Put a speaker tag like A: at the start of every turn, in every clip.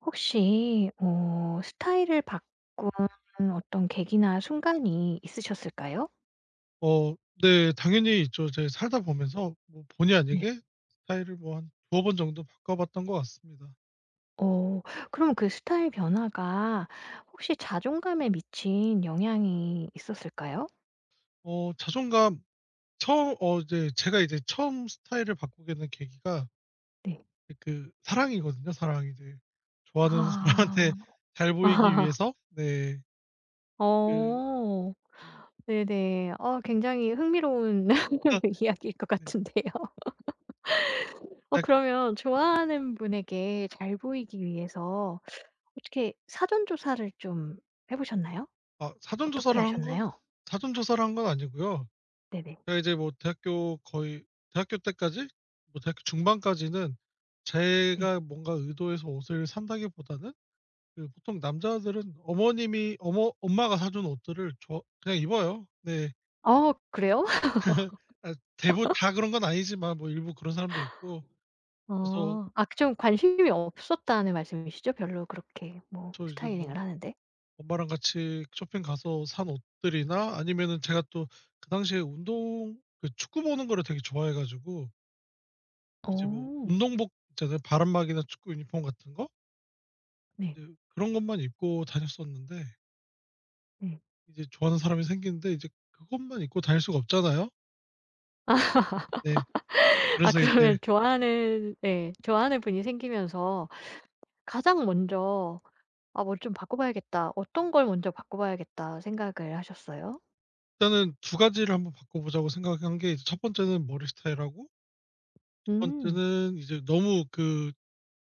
A: 혹시 스타일을 바꾼 어떤 계기나 순간이 있으셨을까요?
B: 어 네. 당연히 있죠. 제 살다 보면서 뭐 본의
A: 네.
B: 아니게 스타일을 뭐 한 두어 번 정도 바꿔봤던 것 같습니다.
A: 어 그럼 그 스타일 변화가 혹시 자존감에 미친 영향이 있었을까요?
B: 자존감 처음 이제 제가 이제 처음 스타일을 바꾸게 된 계기가
A: 네.
B: 그 사랑이거든요, 사랑. 이제 좋아하는
A: 아.
B: 사람한테 잘 보이기 위해서 네.
A: 아,
B: 그
A: 어.
B: 음
A: 네네. 어 굉장히 흥미로운
B: 아
A: 이야기일 것
B: 네.
A: 같은데요. 어
B: 아 그
A: 그러면 좋아하는 분에게 잘 보이기 위해서 어떻게 사전 조사를 좀 해 보셨나요?
B: 아 사전
A: 어떻게
B: 조사를 한 건
A: 하셨나요?
B: 사전 조사를 한 건 아니고요.
A: 네네.
B: 제가 이제 뭐 대학교 거의 대학교 때까지 뭐 대학교 중반까지는
A: 네.
B: 제가 뭔가 의도해서 옷을 산다기보다는 그 보통 남자들은 어머님이 어머 엄마가 사준 옷들을 저 그냥 입어요. 네.
A: 어 그래요?
B: 아 대부 분 다 그런 건 아니지만 뭐 일부 그런 사람도 있고. 그래서
A: 어. 아 그 좀 관심이 없었다는 말씀이시죠? 별로 그렇게 뭐
B: 저 이제 뭐
A: 스타일링을 하는데?
B: 엄마랑 같이 쇼핑 가서 산 옷들이나 아니면은 제가 또 그 당시에 운동 그 축구 보는 거를 되게 좋아해 가지고 이제 뭐
A: 어.
B: 운동복 있잖아요. 바람막이나 축구 유니폼 같은 거?
A: 네.
B: 이제 그런 것만 입고 다녔었는데
A: 네.
B: 이제 좋아하는 사람이 생기는데 이제 그것만 입고 다닐 수가 없잖아요. 네.
A: 아
B: 그래서 이제
A: 그러면 좋아하는 네 좋아하는 분이 생기면서 가장 먼저 '아 뭘 좀 바꿔 봐야겠다.' 어떤 걸 먼저 바꿔 봐야겠다 생각을 하셨어요?
B: 일단은 두 가지를 한번 바꿔 보자고 생각한 게, 이제 첫 번째는 머리 스타일하고 두
A: 음.
B: 번째는 이제 너무 그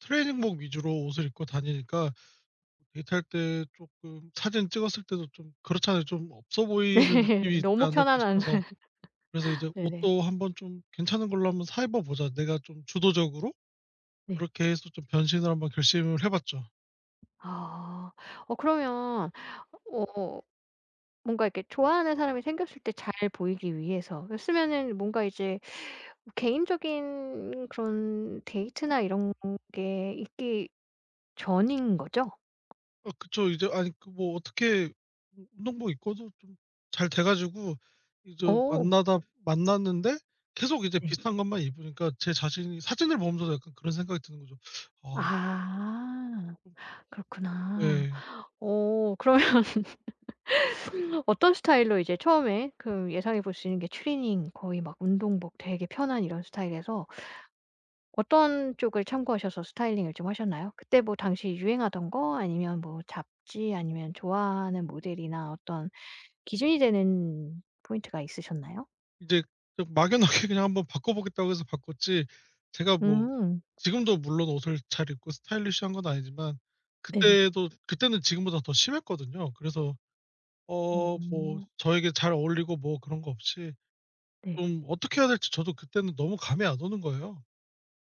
B: 트레이닝복 위주로 옷을 입고 다니니까 데이트할 때 조금 사진 찍었을 때도 좀 그렇잖아요. 좀 없어 보이는
A: 네.
B: 느낌이 있지
A: 너무
B: 않을까
A: 편안한
B: 싶어서. 그래서 이제
A: 네네.
B: '옷도 한번 좀 괜찮은 걸로 한번 사 입어 보자.' 내가 좀 주도적으로
A: 네.
B: 그렇게 해서 좀 변신을 한번 결심을 해 봤죠.
A: 아. 어 그러면 어 뭔가 이렇게 좋아하는 사람이 생겼을 때 잘 보이기 위해서. 였으면은 뭔가 이제 개인적인 그런 데이트나 이런 게 있기 전인 거죠?
B: 아 그쵸. 이제 아니 그 뭐 어떻게 운 운동복 입고도 좀 잘 돼 가지고 이제
A: 어.
B: 만나다 만났는데 계속 이제
A: 네.
B: 비슷한 것만 입으니까 제 자신이 사진을 보면서도 약간 그런 생각이 드는 거죠. 아
A: 아. 그렇구나.
B: 예.
A: 어 그러면 어떤 스타일로 이제 처음에 그 예상해 볼 수 있는 게 추리닝 거의 막 운동복 되게 편한 이런 스타일에서 어떤 쪽을 참고하셔서 스타일링을 좀 하셨나요? 그때 뭐 당시 유행하던 거 아니면 뭐 잡지 아니면 좋아하는 모델이나 어떤 기준이 되는 포인트가 있으셨나요?
B: 이제 좀 막연하게 그냥 한번 바꿔 보겠다고 해서 바꿨지, 제가 뭐
A: 음.
B: 지금도 물론 옷을 잘 입고 스타일리시한 건 아니지만
A: 네네.
B: 그때도, 그때는 지금보다 더 심했거든요. 그래서 뭐
A: 어.
B: 저에게 잘 어울리고 뭐 그런 거 없이
A: 네.
B: 좀 어떻게 해야 될지 저도 그때는 너무 감이 안 오는 거예요.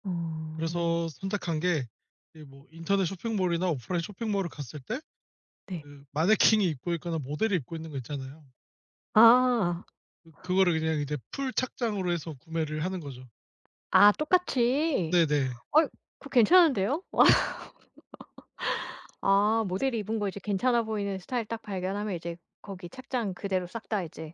A: 어.
B: 그래서 선택한 게 이 뭐 인터넷 쇼핑몰이나 오프라인 쇼핑몰을 갔을 때
A: 네.
B: 그 마네킹이 입고 있거나 모델이 입고 있는 거 있잖아요.
A: 아.
B: 그 그거를 그냥 이제 풀 착장으로 해서 구매를 하는 거죠.
A: 아 똑같이.
B: 네네.
A: 어이 그거 괜찮은데요? 아 모델이 입은 거 이제 괜찮아 보이는 스타일 딱 발견하면 이제 거기 착장 그대로 싹 다 이제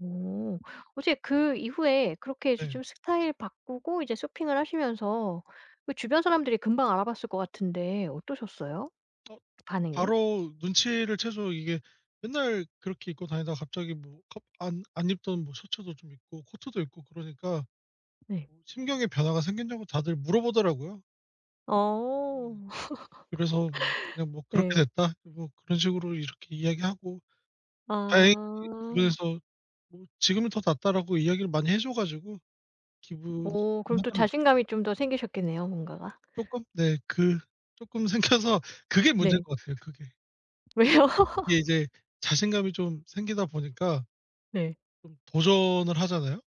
A: 오. 어제 그 이후에 그렇게 이제
B: 네.
A: 좀 스타일 바꾸고 이제 쇼핑을 하시면서 그 주변 사람들이 금방 알아봤을 것 같은데 어떠셨어요?
B: 어
A: 반응이?
B: 바로 눈치를 채서 이게 맨날 그렇게 입고 다니다가 갑자기 뭐 갑 안 안 입던 뭐 셔츠도 좀 입고 코트도 입고 그러니까
A: 네.
B: 심경의 변화가 생긴다고 다들 물어보더라고요. 네.
A: 어.
B: 그래서 뭐 그냥 뭐 "그렇게
A: 네.
B: 됐다." 뭐 그런 식으로 이렇게 이야기하고. 다행히
A: 아.
B: 주변에서 뭐 "지금은 더 낫다."라고 이야기를 많이 해줘 가지고 기분이
A: 어
B: 좋긴
A: 그럼 또
B: 하더라고요.
A: 자신감이 좀 더 생기셨겠네요 뭔가가.
B: 쪼끔, 네, 그 쪼끔 생겨서 그게 문제인
A: 네.
B: 것 같아요, 그게.
A: 왜요?
B: 이게 이제 자신감이 좀 생기다 보니까
A: 네.
B: 좀 도전을 하잖아요.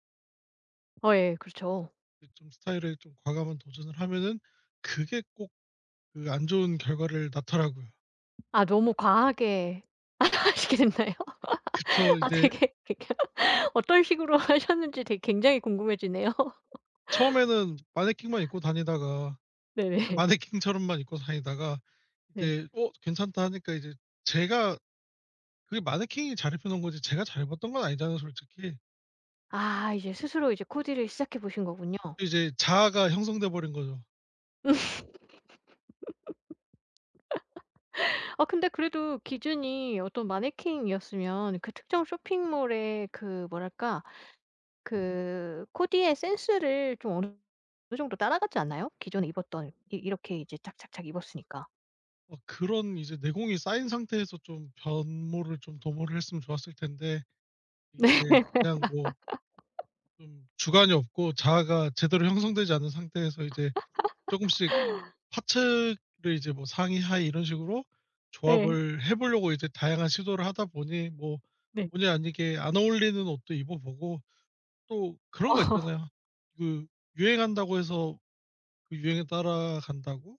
A: 어 예 그렇죠.
B: 근데 좀 스타일에 좀 과감한 도전을 하면은 그게 꼭 그 안 좋은 결과를 낳더라고요.
A: 아 너무 과하게 하시게 됐나요?
B: 그쵸.
A: 아
B: 이제
A: 되게 그러니까 어떤 식으로 하셨는지 되게 굉장히 궁금해지네요.
B: 처음에는 마네킹만 입고 다니다가
A: 네네.
B: 마네킹처럼만 입고 다니다가
A: 네.
B: 이제 "어 괜찮다." 하니까 이제 제가 그게 마네킹이 잘 입혀 놓은 거지 제가 잘 입었던 건 아니잖아요 솔직히.
A: 아 이제 스스로 이제 코디를 시작해 보신 거군요.
B: 이제 자아가 형성돼 버린 거죠.
A: 아 근데 그래도 기준이 어떤 마네킹이었으면 그 특정 쇼핑몰의 그 뭐랄까 그 코디의 센스를 좀 어느 정도 따라가지 않나요? 기존에 입었던 이 이렇게 이제 착착착 입었으니까.
B: 그런 이제 내공이 쌓인 상태에서 좀 변모를 좀 도모를 했으면 좋았을 텐데 이제
A: 네.
B: 그냥 뭐 좀 주관이 없고 자아가 제대로 형성되지 않은 상태에서 이제 쪼금씩 파츠를 이제 뭐 상의 하의 이런 식으로
A: 예.
B: 조합을 해 보려고 이제 다양한 시도를 하다 보니 뭐
A: 네.
B: 본의 아니게 안 어울리는 옷도 입어 보고, 또 그런 거 있잖아요. 그 유행한다고 해서 그 유행에 따라간다고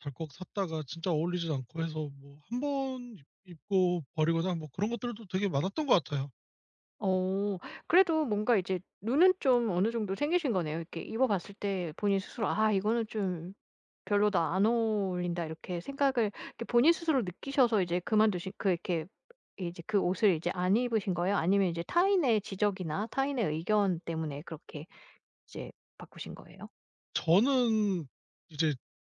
B: 덜컥 샀다가 진짜 어울리지도 않고 해서 뭐 한 번 입 입고 버리거나 뭐 그런 것들도 되게 많았던 것 같아요.
A: 어. 그래도 뭔가 이제 눈은 좀 어느 정도 생기신 거네요. 이렇게 입어 봤을 때 본인 스스로 '아 이거는 좀 별로다. 안 어울린다.' 이렇게 생각을 이렇게 본인 스스로 느끼셔서 이제 그만두신 그 이렇게 이제 그 옷을 이제 안 입으신 거예요? 아니면 이제 타인의 지적이나 타인의 의견 때문에 그렇게 이제 바꾸신 거예요?
B: 저는 이제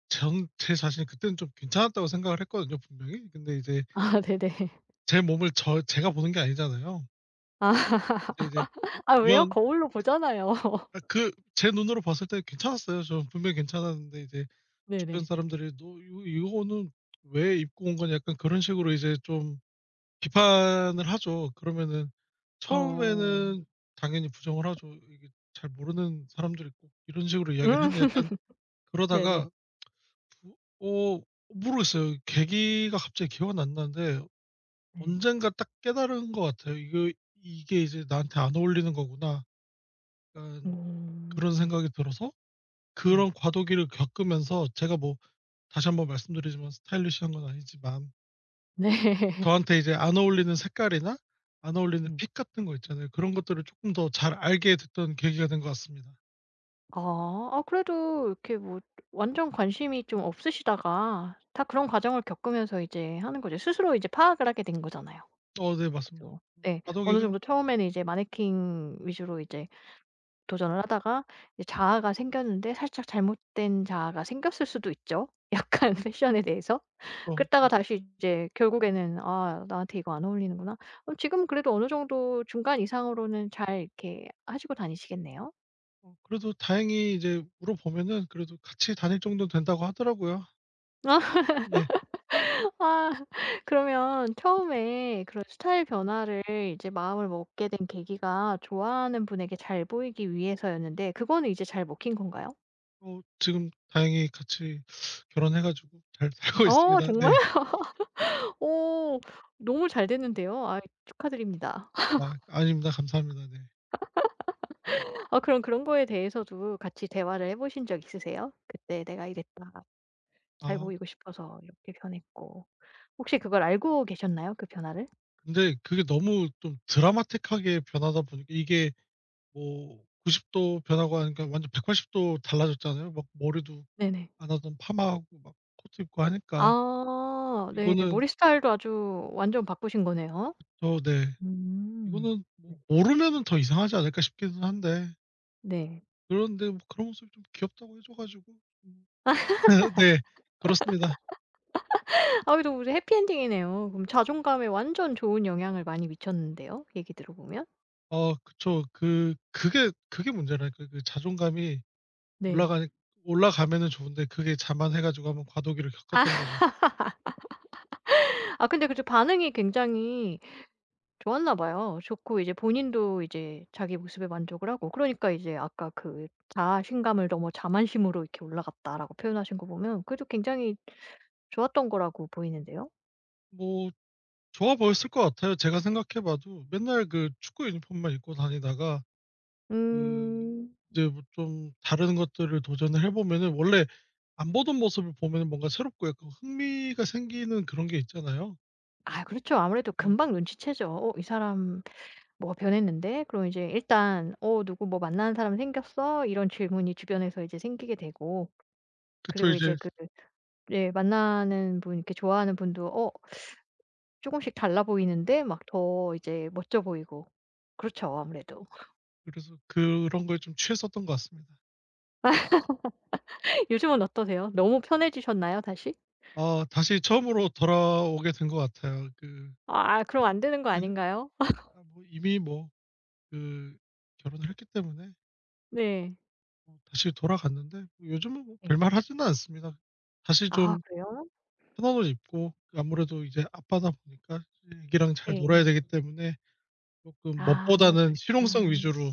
B: 전 제 자신이 그때는 좀 괜찮았다고 생각을 했거든요, 분명히. 근데 이제
A: 아 네네.
B: 제 몸을 제가 보는 게 아니잖아요.
A: 아.
B: 근데 이제
A: 아 왜요?
B: 이건
A: 거울로 보잖아요.
B: 아 그 제 눈으로 봤을 때 괜찮았어요. 저 분명히 괜찮았는데 이제 주변
A: 네네.
B: 사람들이 "너 이거 이거는 왜 입고 온 거냐." 약간 그런 식으로 이제 좀 비판을 하죠. 그러면은
A: 어.
B: 처음에는 당연히 부정을 하죠. 이게 잘 모르는 사람들이 꼭 이런 식으로 이야기를
A: 음.
B: 하는데 약간.
A: 네네.
B: 그러다가 부 어 모르겠어요. 계기가 갑자기 기억은 안 나는데
A: 네.
B: 언젠가 딱 깨달은 것 같아요. 이거 '이게 이제 나한테 안 어울리는 거구나.' 약간 그런
A: 음.
B: 생각이 들어서
A: 네.
B: 그런 과도기를 겪으면서 제가 뭐 다시 한번 말씀드리지만 스타일리시한 건 아니지만
A: 네.
B: 저한테 이제 안 어울리는 색깔이나 안 어울리는
A: 음.
B: 핏 같은 거 있잖아요. 그런 것들을 조금 더 잘 알게 됐던 계기가 된 것 같습니다.
A: 아. 아 그래도 이렇게 뭐 완전 관심이 좀 없으시다가 다 그런 과정을 겪으면서 이제 하는 거죠. 스스로 이제 파악을 하게 된 거잖아요.
B: 어 네 맞습니다.
A: 그죠. 네. 어느
B: 과도기가.
A: 정도 처음에는 이제 마네킹 위주로 이제 도전을 하다가 이제 자아가 생겼는데 살짝 잘못된 자아가 생겼을 수도 있죠, 약간 패션에 대해서.
B: 어
A: 그랬다가
B: 네.
A: 다시 이제 결국에는 '아 나한테 이거 안 어울리는구나.' 그럼 지금은 그래도 어느 정도 중간 이상으로는 잘 이렇게 하시고 다니시겠네요?
B: 그래도 다행히 이제 물어보면은 그래도 같이 다닐 정도 된다고 하더라고요. 네.
A: 아 그러면 처음에 그런 스타일 변화를 이제 마음을 먹게 된 계기가 좋아하는 분에게 잘 보이기 위해서였는데 그거는 이제 잘 먹힌 건가요?
B: 지금 다행히 같이 결혼해 가지고 잘 살고
A: 어
B: 있습니다.
A: 정말
B: 네.
A: 오 너무 잘 됐는데요. 아 축하드립니다.
B: 아 아닙니다. 감사합니다. 네.
A: 아 그럼 그런 거에 대해서도 같이 대화를 해 보신 적 있으세요? "그때 내가 이랬다. 잘
B: 아.
A: 보이고 싶어서 이렇게 변했고." 혹시 그걸 알고 계셨나요? 그 변화를?
B: 근데 그게 너무 좀 드라마틱하게 변하다 보니까 이게 뭐 90도 변하고 하니까 완전 180도 달라졌잖아요. 막 머리도
A: 네네.
B: 안 하던 파마하고 막 코트 입고 하니까.
A: 아 네.
B: 이거는
A: 머리 스타일도 아주 완전 바꾸신 거네요.
B: 저 네.
A: 음.
B: 이거는 뭐
A: 네.
B: 모르면은 더 이상하지 않을까 싶기는 한데 그런데 뭐 그런 모습이 좀 귀엽다고 해줘 가지고. 음. 네. 그렇습니다.
A: 아 그래도 무슨 해피엔딩이네요. 그럼 자존감에 완전 좋은 영향을 많이 미쳤는데요. 얘기 들어 보면.
B: 어 그쵸. 그 그게 그게 문제라니까요. 그 자존감이
A: 네.
B: 올라가니 올라가면은 좋은데 그게 자만해 가지고 한번 과도기를 겪었던 거죠.
A: 아 근데 그래 반응이 굉장히 좋았나 봐요. 좋고 이제 본인도 이제 자기 모습에 만족을 하고 그러니까 이제 아까 그 "자신감을 넘어 자만심으로 이렇게 올라갔다."라고 표현하신 거 보면 그래도 굉장히 좋았던 거라고 보이는데요.
B: 뭐 좋아 보였을 것 같아요. 제가 생각해 봐도 맨날 그 축구 유니폼만 입고 다니다가 그
A: 음.
B: 이제 뭐 좀 다른 것들을 도전을 해 보면은 원래 안 보던 모습을 보면은 뭔가 새롭고 약간 흥미가 생기는 그런 게 있잖아요.
A: 아 그렇죠. 아무래도
B: 예.
A: 금방 눈치채죠. '어 이 사람 뭐가 변했는데?' 그럼 이제 일단 "어 누구 뭐 만나는 사람 생겼어?" 이런 질문이 주변에서 이제 생기게 되고
B: 그쵸,
A: 그리고 이제
B: 이제
A: 그 예 만나는 분 이렇게 좋아하는 분도 "어 조금씩 달라 보이는데 막 더 이제 멋져 보이고. 그렇죠 아무래도.
B: 그래서 그런 걸 좀 취했었던 것 같습니다.
A: 요즘은 어떠세요? 너무 편해지셨나요 다시?
B: 아 다시 처음으로 돌아오게 된 것 같아요.
A: 아 그럼 안 되는 거
B: 예
A: 아닌가요?
B: 아 뭐 이미 뭐 그 결혼을 했기 때문에
A: 네.
B: 뭐 다시 돌아갔는데 뭐 요즘은 뭐
A: 네.
B: 별말 하지는 않습니다. 다시
A: 아
B: 좀
A: 그래요?
B: 편한 옷 입고 아무래도 이제 아빠다 보니까 애기랑 잘
A: 네.
B: 놀아야 되기 때문에
A: 아
B: 쪼끔
A: 그
B: 멋보다는
A: 렇구나
B: 실용성 위주로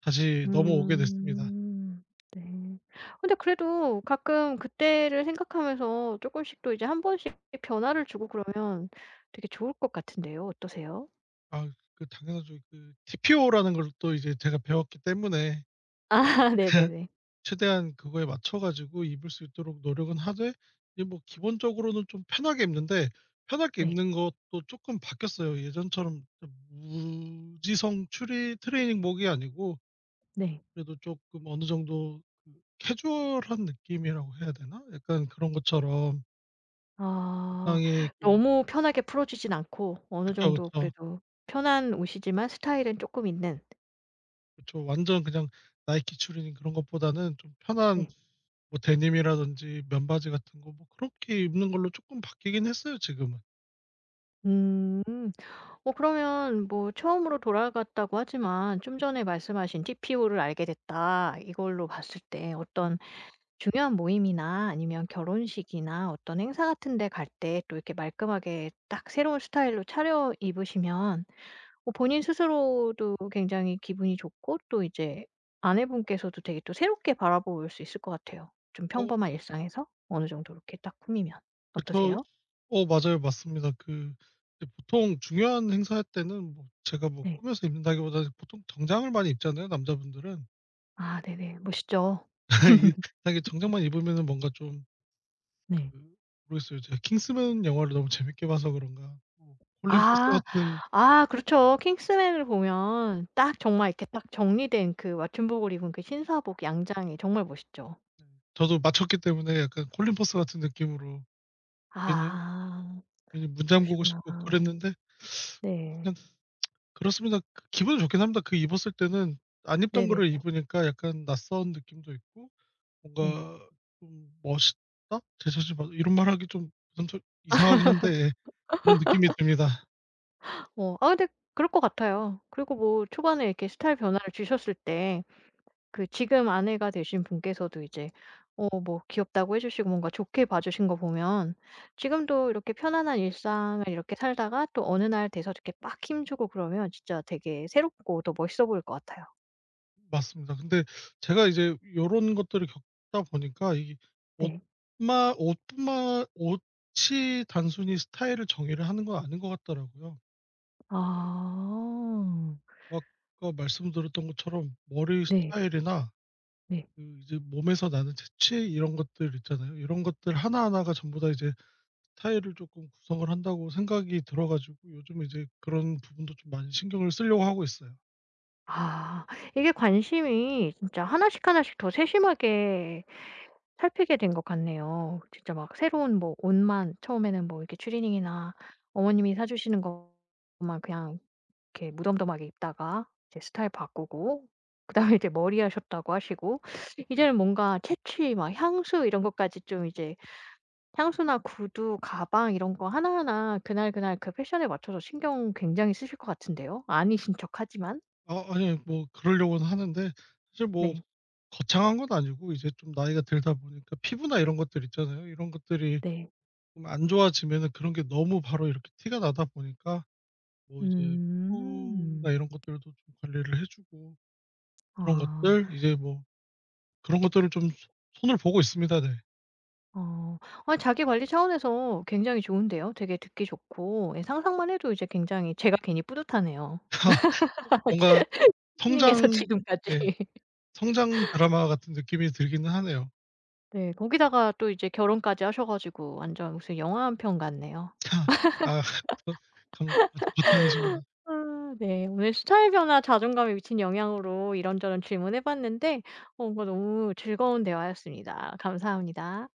B: 다시 넘어오게 됐습니다.
A: 음. 네. 근데 그래도 가끔 그때를 생각하면서 조금씩 또 이제 한 번씩 변화를 주고 그러면 되게 좋을 것 같은데요. 어떠세요?
B: 아 그 당연하죠. 그 TPO라는 걸 또 이제 제가 배웠기 때문에
A: 아 네네네.
B: 최대한 그거에 맞춰 가지고 입을 수 있도록 노력은 하되 이제 뭐 기본적으로는 좀 편하게 입는데 편하게
A: 네.
B: 입는 것도 쪼끔 바뀌었어요. 예전처럼 무지성 추리 트레이닝복이 아니고
A: 네.
B: 그래도 조금 어느 정도 그 캐주얼한 느낌이라고 해야 되나? 약간 그런 것처럼
A: 아.
B: 적당히 그
A: 너무 편하게 풀어 주진 않고 어느
B: 그쵸,
A: 정도
B: 그쵸.
A: 그래도 편한 옷이지만 스타일은 쪼끔 있는.
B: 그쵸. 완전 그냥 나이키 추리닝 그런 것보다는 좀 편한
A: 네.
B: 뭐 데님이라든지 면바지 같은 거 뭐 그렇게 입는 걸로 조금 바뀌긴 했어요 지금은.
A: 음. 어 그러면 뭐 처음으로 돌아갔다고 하지만 좀 전에 말씀하신 TPO를 알게 됐다. 이걸로 봤을 때 어떤 중요한 모임이나 아니면 결혼식이나 어떤 행사 같은 데 갈 때 또 이렇게 말끔하게 딱 새로운 스타일로 차려 입으시면 뭐 본인 스스로도 굉장히 기분이 좋고 또 이제 아내분께서도 되게 또 새롭게 바라볼 수 있을 것 같아요. 좀
B: 어
A: 평범한 일상에서 어느 정도 이렇게 딱 꾸미면.
B: 그쵸.
A: 어떠세요?
B: 어 맞아요. 맞습니다. 그 이제 보통 중요한 행사할 때는 뭐 제가 뭐
A: 네.
B: 꾸며서 입는다기보다는 보통 정장을 많이 입잖아요 남자분들은.
A: 아 네네. 멋있죠.
B: 이 만약에 정장만 입으면은 뭔가 좀
A: 네.
B: 그 모르겠어요. 제가 킹스맨 영화를 너무 재밌게 봐서 그런가 뭐 콜린 퍼스
A: 아.
B: 같은.
A: 아 그렇죠. 킹스맨을 보면 딱 정말 이렇게 딱 정리된 그 맞춤복을 입은 그 신사복 양장이 정말 멋있죠.
B: 저도 맞췄기 때문에 약간 콜린 퍼스 같은 느낌으로 괜히
A: 아
B: 괜히 문 잠그고
A: 그러시구나.
B: 싶고 그랬는데
A: 네.
B: 그냥 그렇습니다. 그 기분은 좋긴 합니다. 그 입었을 때는 안 입던
A: 네네네.
B: 거를 입으니까 약간 낯선 느낌도 있고
A: 네.
B: 뭔가 좀 '멋있다? 제 자신 봐.' 이런 말하기 좀 부담스 이상하긴 한데 예 그런 느낌이 듭니다.
A: 어 아 근데 그럴 것 같아요. 그리고 뭐 초반에 이렇게 스타일 변화를 주셨을 때 그 지금 아내가 되신 분께서도 이제 어 뭐 귀엽다고 해 주시고 뭔가 좋게 봐 주신 거 보면 지금도 이렇게 편안한 일상을 이렇게 살다가 또 어느 날 돼서 이렇게 빡 힘주고 그러면 진짜 되게 새롭고 더 멋있어 보일 것 같아요.
B: 맞습니다. 근데 제가 이제 요런 것들을 겪다 보니까 이
A: 네.
B: 옷만 옷뿐만 옷이 단순히 스타일을 정의를 하는 건 아닌 것 같더라고요.
A: 아.
B: 아까 말씀드렸던 것처럼 머리
A: 네.
B: 스타일이나
A: 네.
B: 그 이제 몸에서 나는 재치 이런 것들 있잖아요. 이런 것들 하나하나가 전부 다 이제 스타일을 조금 구성을 한다고 생각이 들어 가지고 요즘 이제 그런 부분도 좀 많이 신경을 쓰려고 하고 있어요.
A: 아. 이게 관심이 진짜 하나씩 하나씩 더 세심하게 살피게 된 것 같네요. 진짜 막 새로운 뭐 옷만 처음에는 뭐 이렇게 추리닝이나 어머님이 사 주시는 것만 그냥 이렇게 무덤덤하게 입다가 이제 스타일 바꾸고 그다음에 이제 머리하셨다고 하시고 이제는 뭔가 채취 막 향수 이런 것까지 좀 이제 향수나 구두, 가방 이런 거 하나하나 그날그날 그 패션에 맞춰서 신경 굉장히 쓰실 것 같은데요. 아니신 척하지만.
B: 아 아니 뭐 그러려고는 하는데 사실 뭐
A: 네.
B: 거창한 건 아니고 이제 좀 나이가 들다 보니까 피부나 이런 것들 있잖아요. 이런 것들이
A: 네.
B: 좀 안 좋아지면은 그런 게 너무 바로 이렇게 티가 나다 보니까 뭐 이제 피부나
A: 음.
B: 이런 것들도 좀 관리를 해 주고 그런
A: 아.
B: 것들 이제 뭐 그런 것들을 좀 손 손을 보고 있습니다. 네.
A: 어. 아 자기관리 차원에서 굉장히 좋은데요. 되게 듣기 좋고 예 상상만 해도 이제 굉장히 제가 괜히 뿌듯하네요.
B: 뭔가
A: 튜닝에서
B: 성장 예
A: 지금까지.
B: 성장 드라마 같은 느낌이 들기는 하네요.
A: 네. 거기다가 또 이제 결혼까지 하셔 가지고 완전 무슨 영화 한 편 같네요.
B: 아 거 감 거 거창해집니다.
A: 아 네. 오늘 스타일 변화 자존감에 미친 영향으로 이런저런 질문해 봤는데 어 뭔가 너무 즐거운 대화였습니다. 감사합니다.